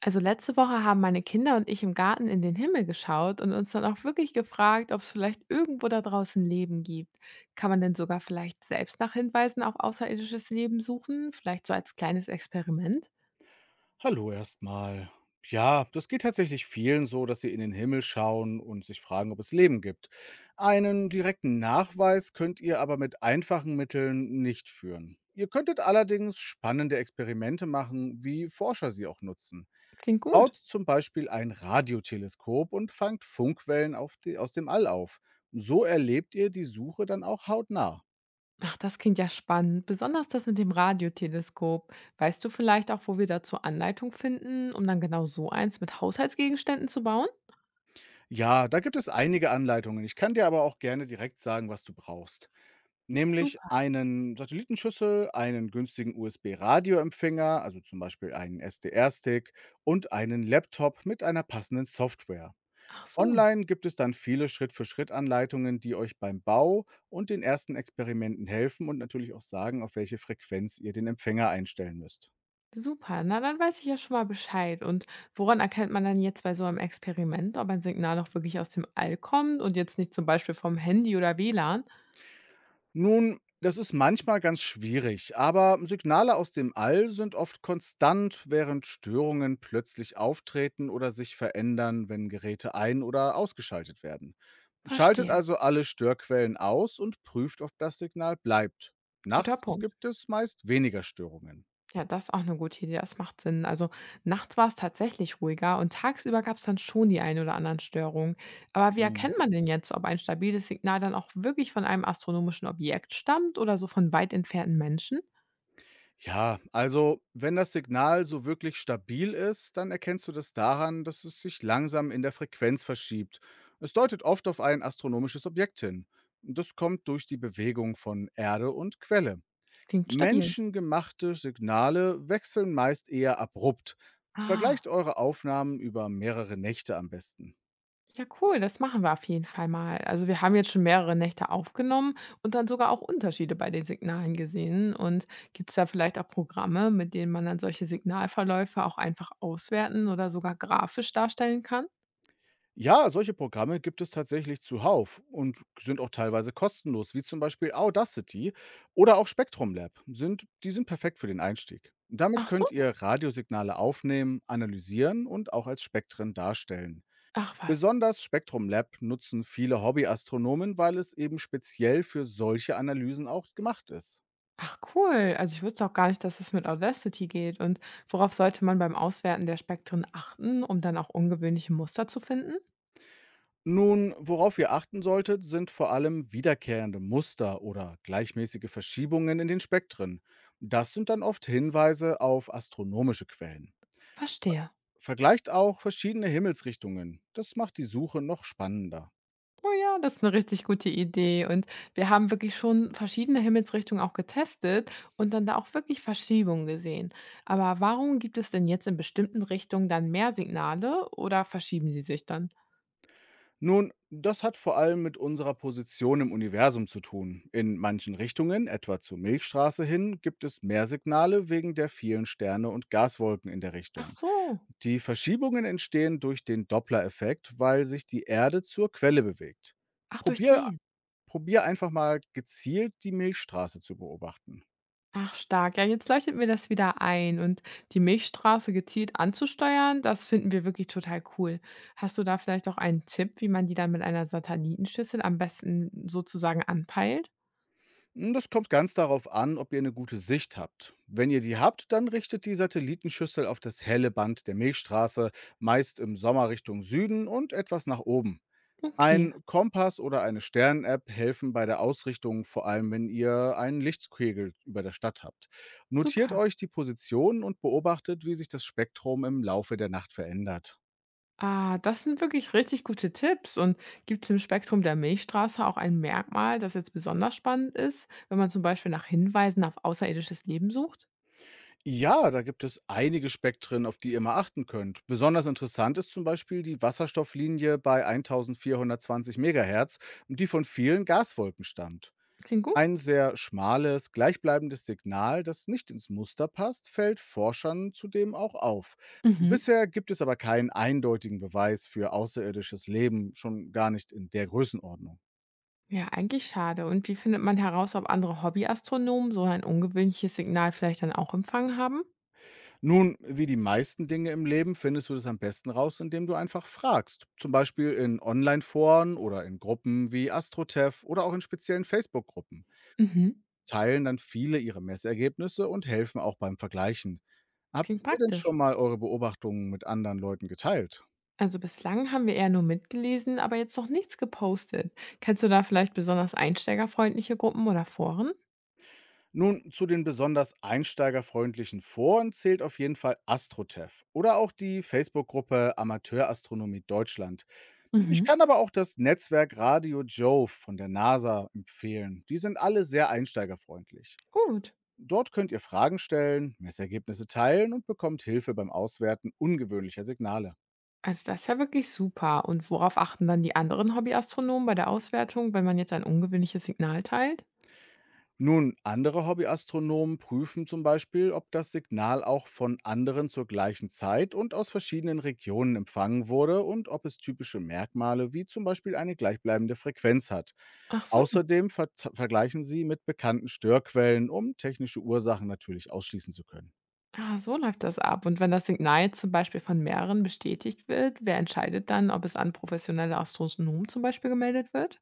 Also letzte Woche haben meine Kinder und ich im Garten in den Himmel geschaut und uns dann auch wirklich gefragt, ob es vielleicht irgendwo da draußen Leben gibt. Kann man denn sogar vielleicht selbst nach Hinweisen auf außerirdisches Leben suchen? Vielleicht so als kleines Experiment? Hallo erstmal. Ja, das geht tatsächlich vielen so, dass sie in den Himmel schauen und sich fragen, ob es Leben gibt. Einen direkten Nachweis könnt ihr aber mit einfachen Mitteln nicht führen. Ihr könntet allerdings spannende Experimente machen, wie Forscher sie auch nutzen. Klingt Baut gut. zum Beispiel ein Radioteleskop und fangt Funkwellen auf die, aus dem All auf. So erlebt ihr die Suche dann auch hautnah. Ach, das klingt ja spannend, besonders das mit dem Radioteleskop. Weißt du vielleicht auch, wo wir dazu Anleitung finden, um dann genau so eins mit Haushaltsgegenständen zu bauen? Ja, da gibt es einige Anleitungen. Ich kann dir aber auch gerne direkt sagen, was du brauchst. Nämlich Super. einen Satellitenschüssel, einen günstigen USB-Radioempfänger, also zum Beispiel einen SDR-Stick und einen Laptop mit einer passenden Software. Ach so. Online gibt es dann viele Schritt-für-Schritt-Anleitungen, die euch beim Bau und den ersten Experimenten helfen und natürlich auch sagen, auf welche Frequenz ihr den Empfänger einstellen müsst. Super, na, dann weiß ich ja schon mal Bescheid. Und woran erkennt man dann jetzt bei so einem Experiment, ob ein Signal auch wirklich aus dem All kommt und jetzt nicht zum Beispiel vom Handy oder WLAN? Nun, das ist manchmal ganz schwierig, aber Signale aus dem All sind oft konstant, während Störungen plötzlich auftreten oder sich verändern, wenn Geräte ein- oder ausgeschaltet werden. Schaltet Verstehe. also alle Störquellen aus und prüft, ob das Signal bleibt. Guter Nachts Punkt. gibt es meist weniger Störungen. Ja, das ist auch eine gute Idee. Das macht Sinn. Also nachts war es tatsächlich ruhiger und tagsüber gab es dann schon die ein oder anderen Störungen. Aber wie Mhm. erkennt man denn jetzt, ob ein stabiles Signal dann auch wirklich von einem astronomischen Objekt stammt oder so von weit entfernten Menschen? Ja, also wenn das Signal so wirklich stabil ist, dann erkennst du das daran, dass es sich langsam in der Frequenz verschiebt. Es deutet oft auf ein astronomisches Objekt hin. Das kommt durch die Bewegung von Erde und Quelle. Klingt stabil. Menschengemachte Signale wechseln meist eher abrupt. Ah. Vergleicht eure Aufnahmen über mehrere Nächte am besten. Ja, cool, das machen wir auf jeden Fall mal. Also wir haben jetzt schon mehrere Nächte aufgenommen und dann sogar auch Unterschiede bei den Signalen gesehen. Und gibt es da vielleicht auch Programme, mit denen man dann solche Signalverläufe auch einfach auswerten oder sogar grafisch darstellen kann? Ja, solche Programme gibt es tatsächlich zuhauf und sind auch teilweise kostenlos, wie zum Beispiel Audacity oder auch Spectrum Lab. Die sind perfekt für den Einstieg. Damit Ach könnt so, ihr Radiosignale aufnehmen, analysieren und auch als Spektren darstellen. ach was. Besonders Spectrum Lab nutzen viele Hobbyastronomen, weil es eben speziell für solche Analysen auch gemacht ist. Ach cool, also ich wusste auch gar nicht, dass es mit Audacity geht. Und worauf sollte man beim Auswerten der Spektren achten, um dann auch ungewöhnliche Muster zu finden? Nun, worauf ihr achten solltet, sind vor allem wiederkehrende Muster oder gleichmäßige Verschiebungen in den Spektren. Das sind dann oft Hinweise auf astronomische Quellen. Verstehe. Vergleicht auch verschiedene Himmelsrichtungen. Das macht die Suche noch spannender. Oh ja, das ist eine richtig gute Idee. Und wir haben wirklich schon verschiedene Himmelsrichtungen auch getestet und dann da auch wirklich Verschiebungen gesehen. Aber warum gibt es denn jetzt in bestimmten Richtungen dann mehr Signale oder verschieben sie sich dann? Nun, das hat vor allem mit unserer Position im Universum zu tun. In manchen Richtungen, etwa zur Milchstraße hin, gibt es mehr Signale wegen der vielen Sterne und Gaswolken in der Ach Richtung. so. Die Verschiebungen entstehen durch den Doppler-Effekt, weil sich die Erde zur Quelle bewegt. Ach, durch Probier, den. Probier einfach mal gezielt die Milchstraße zu beobachten. Ach stark. Ja, jetzt leuchtet mir das wieder ein. Und die Milchstraße gezielt anzusteuern, das finden wir wirklich total cool. Hast du da vielleicht auch einen Tipp, wie man die dann mit einer Satellitenschüssel am besten sozusagen anpeilt? N das kommt ganz darauf an, ob ihr eine gute Sicht habt. Wenn ihr die habt, dann richtet die Satellitenschüssel auf das helle Band der Milchstraße, meist im Sommer Richtung Süden und etwas nach oben. Okay, Ein Kompass oder eine Stern-App helfen bei der Ausrichtung, vor allem wenn ihr einen Lichtkegel über der Stadt habt. Notiert super. euch die Position und beobachtet, wie sich das Spektrum im Laufe der Nacht verändert. Ah, das sind wirklich richtig gute Tipps. Und gibt es im Spektrum der Milchstraße auch ein Merkmal, das jetzt besonders spannend ist, wenn man zum Beispiel nach Hinweisen auf außerirdisches Leben sucht? Ja, da gibt es einige Spektren, auf die ihr mal achten könnt. Besonders interessant ist zum Beispiel die Wasserstofflinie bei 1420 Megahertz, die von vielen Gaswolken stammt. Klingt gut. Ein sehr schmales, gleichbleibendes Signal, das nicht ins Muster passt, fällt Forschern zudem auch auf. Mhm. Bisher gibt es aber keinen eindeutigen Beweis für außerirdisches Leben, schon gar nicht in der Größenordnung. Ja, eigentlich schade. Und wie findet man heraus, ob andere Hobbyastronomen so ein ungewöhnliches Signal vielleicht dann auch empfangen haben? Nun, wie die meisten Dinge im Leben findest du das am besten raus, indem du einfach fragst. Zum Beispiel in Online-Foren oder in Gruppen wie AstroTev oder auch in speziellen Facebook-Gruppen. Mhm. Teilen dann viele ihre Messergebnisse und helfen auch beim Vergleichen. Habt Klingt ihr denn praktisch. schon mal eure Beobachtungen mit anderen Leuten geteilt? Also bislang haben wir eher nur mitgelesen, aber jetzt noch nichts gepostet. Kennst du da vielleicht besonders einsteigerfreundliche Gruppen oder Foren? Nun, zu den besonders einsteigerfreundlichen Foren zählt auf jeden Fall AstroTev oder auch die Facebook-Gruppe Amateurastronomie Deutschland. Ich Mhm. kann aber auch das Netzwerk Radio Jove von der NASA empfehlen. Die sind alle sehr einsteigerfreundlich. Gut. Dort könnt ihr Fragen stellen, Messergebnisse teilen und bekommt Hilfe beim Auswerten ungewöhnlicher Signale. Also das ist ja wirklich super. Und worauf achten dann die anderen Hobbyastronomen bei der Auswertung, wenn man jetzt ein ungewöhnliches Signal teilt? Nun, andere Hobbyastronomen prüfen zum Beispiel, ob das Signal auch von anderen zur gleichen Zeit und aus verschiedenen Regionen empfangen wurde und ob es typische Merkmale wie zum Beispiel eine gleichbleibende Frequenz hat. Ach so. Außerdem ver vergleichen sie mit bekannten Störquellen, um technische Ursachen natürlich ausschließen zu können. Ah, so läuft das ab. Und wenn das Signal jetzt zum Beispiel von mehreren bestätigt wird, wer entscheidet dann, ob es an professionelle Astronomen zum Beispiel gemeldet wird?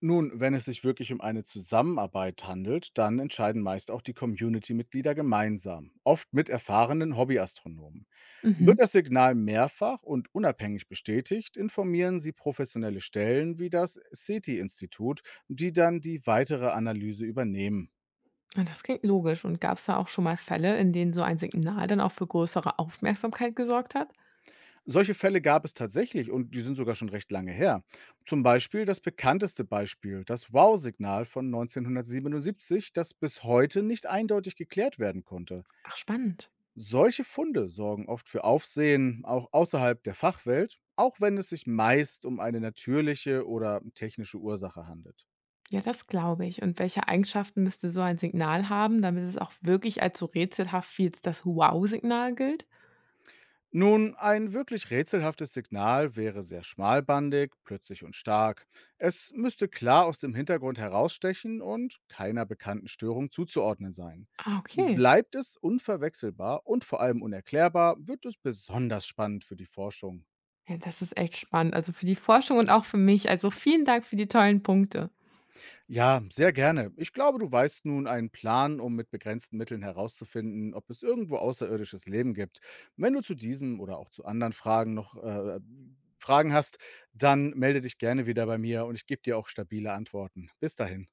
Nun, wenn es sich wirklich um eine Zusammenarbeit handelt, dann entscheiden meist auch die Community-Mitglieder gemeinsam, oft mit erfahrenen Hobbyastronomen. Wird Mhm. das Signal mehrfach und unabhängig bestätigt, informieren Sie professionelle Stellen wie das SETI-Institut, die dann die weitere Analyse übernehmen. Ja, das klingt logisch. Und gab es da auch schon mal Fälle, in denen so ein Signal dann auch für größere Aufmerksamkeit gesorgt hat? Solche Fälle gab es tatsächlich und die sind sogar schon recht lange her. Zum Beispiel das bekannteste Beispiel, das Wow-Signal von 1977, das bis heute nicht eindeutig geklärt werden konnte. Ach, spannend. Solche Funde sorgen oft für Aufsehen auch außerhalb der Fachwelt, auch wenn es sich meist um eine natürliche oder technische Ursache handelt. Ja, das glaube ich. Und welche Eigenschaften müsste so ein Signal haben, damit es auch wirklich als so rätselhaft wie jetzt das Wow-Signal gilt? Nun, ein wirklich rätselhaftes Signal wäre sehr schmalbandig, plötzlich und stark. Es müsste klar aus dem Hintergrund herausstechen und keiner bekannten Störung zuzuordnen sein. Ah, okay. Bleibt es unverwechselbar und vor allem unerklärbar, wird es besonders spannend für die Forschung. Ja, das ist echt spannend. Also für die Forschung und auch für mich. Also vielen Dank für die tollen Punkte. Ja, sehr gerne. Ich glaube, du weißt nun einen Plan, um mit begrenzten Mitteln herauszufinden, ob es irgendwo außerirdisches Leben gibt. Wenn du zu diesem oder auch zu anderen Fragen noch Fragen hast, dann melde dich gerne wieder bei mir und ich gebe dir auch stabile Antworten. Bis dahin.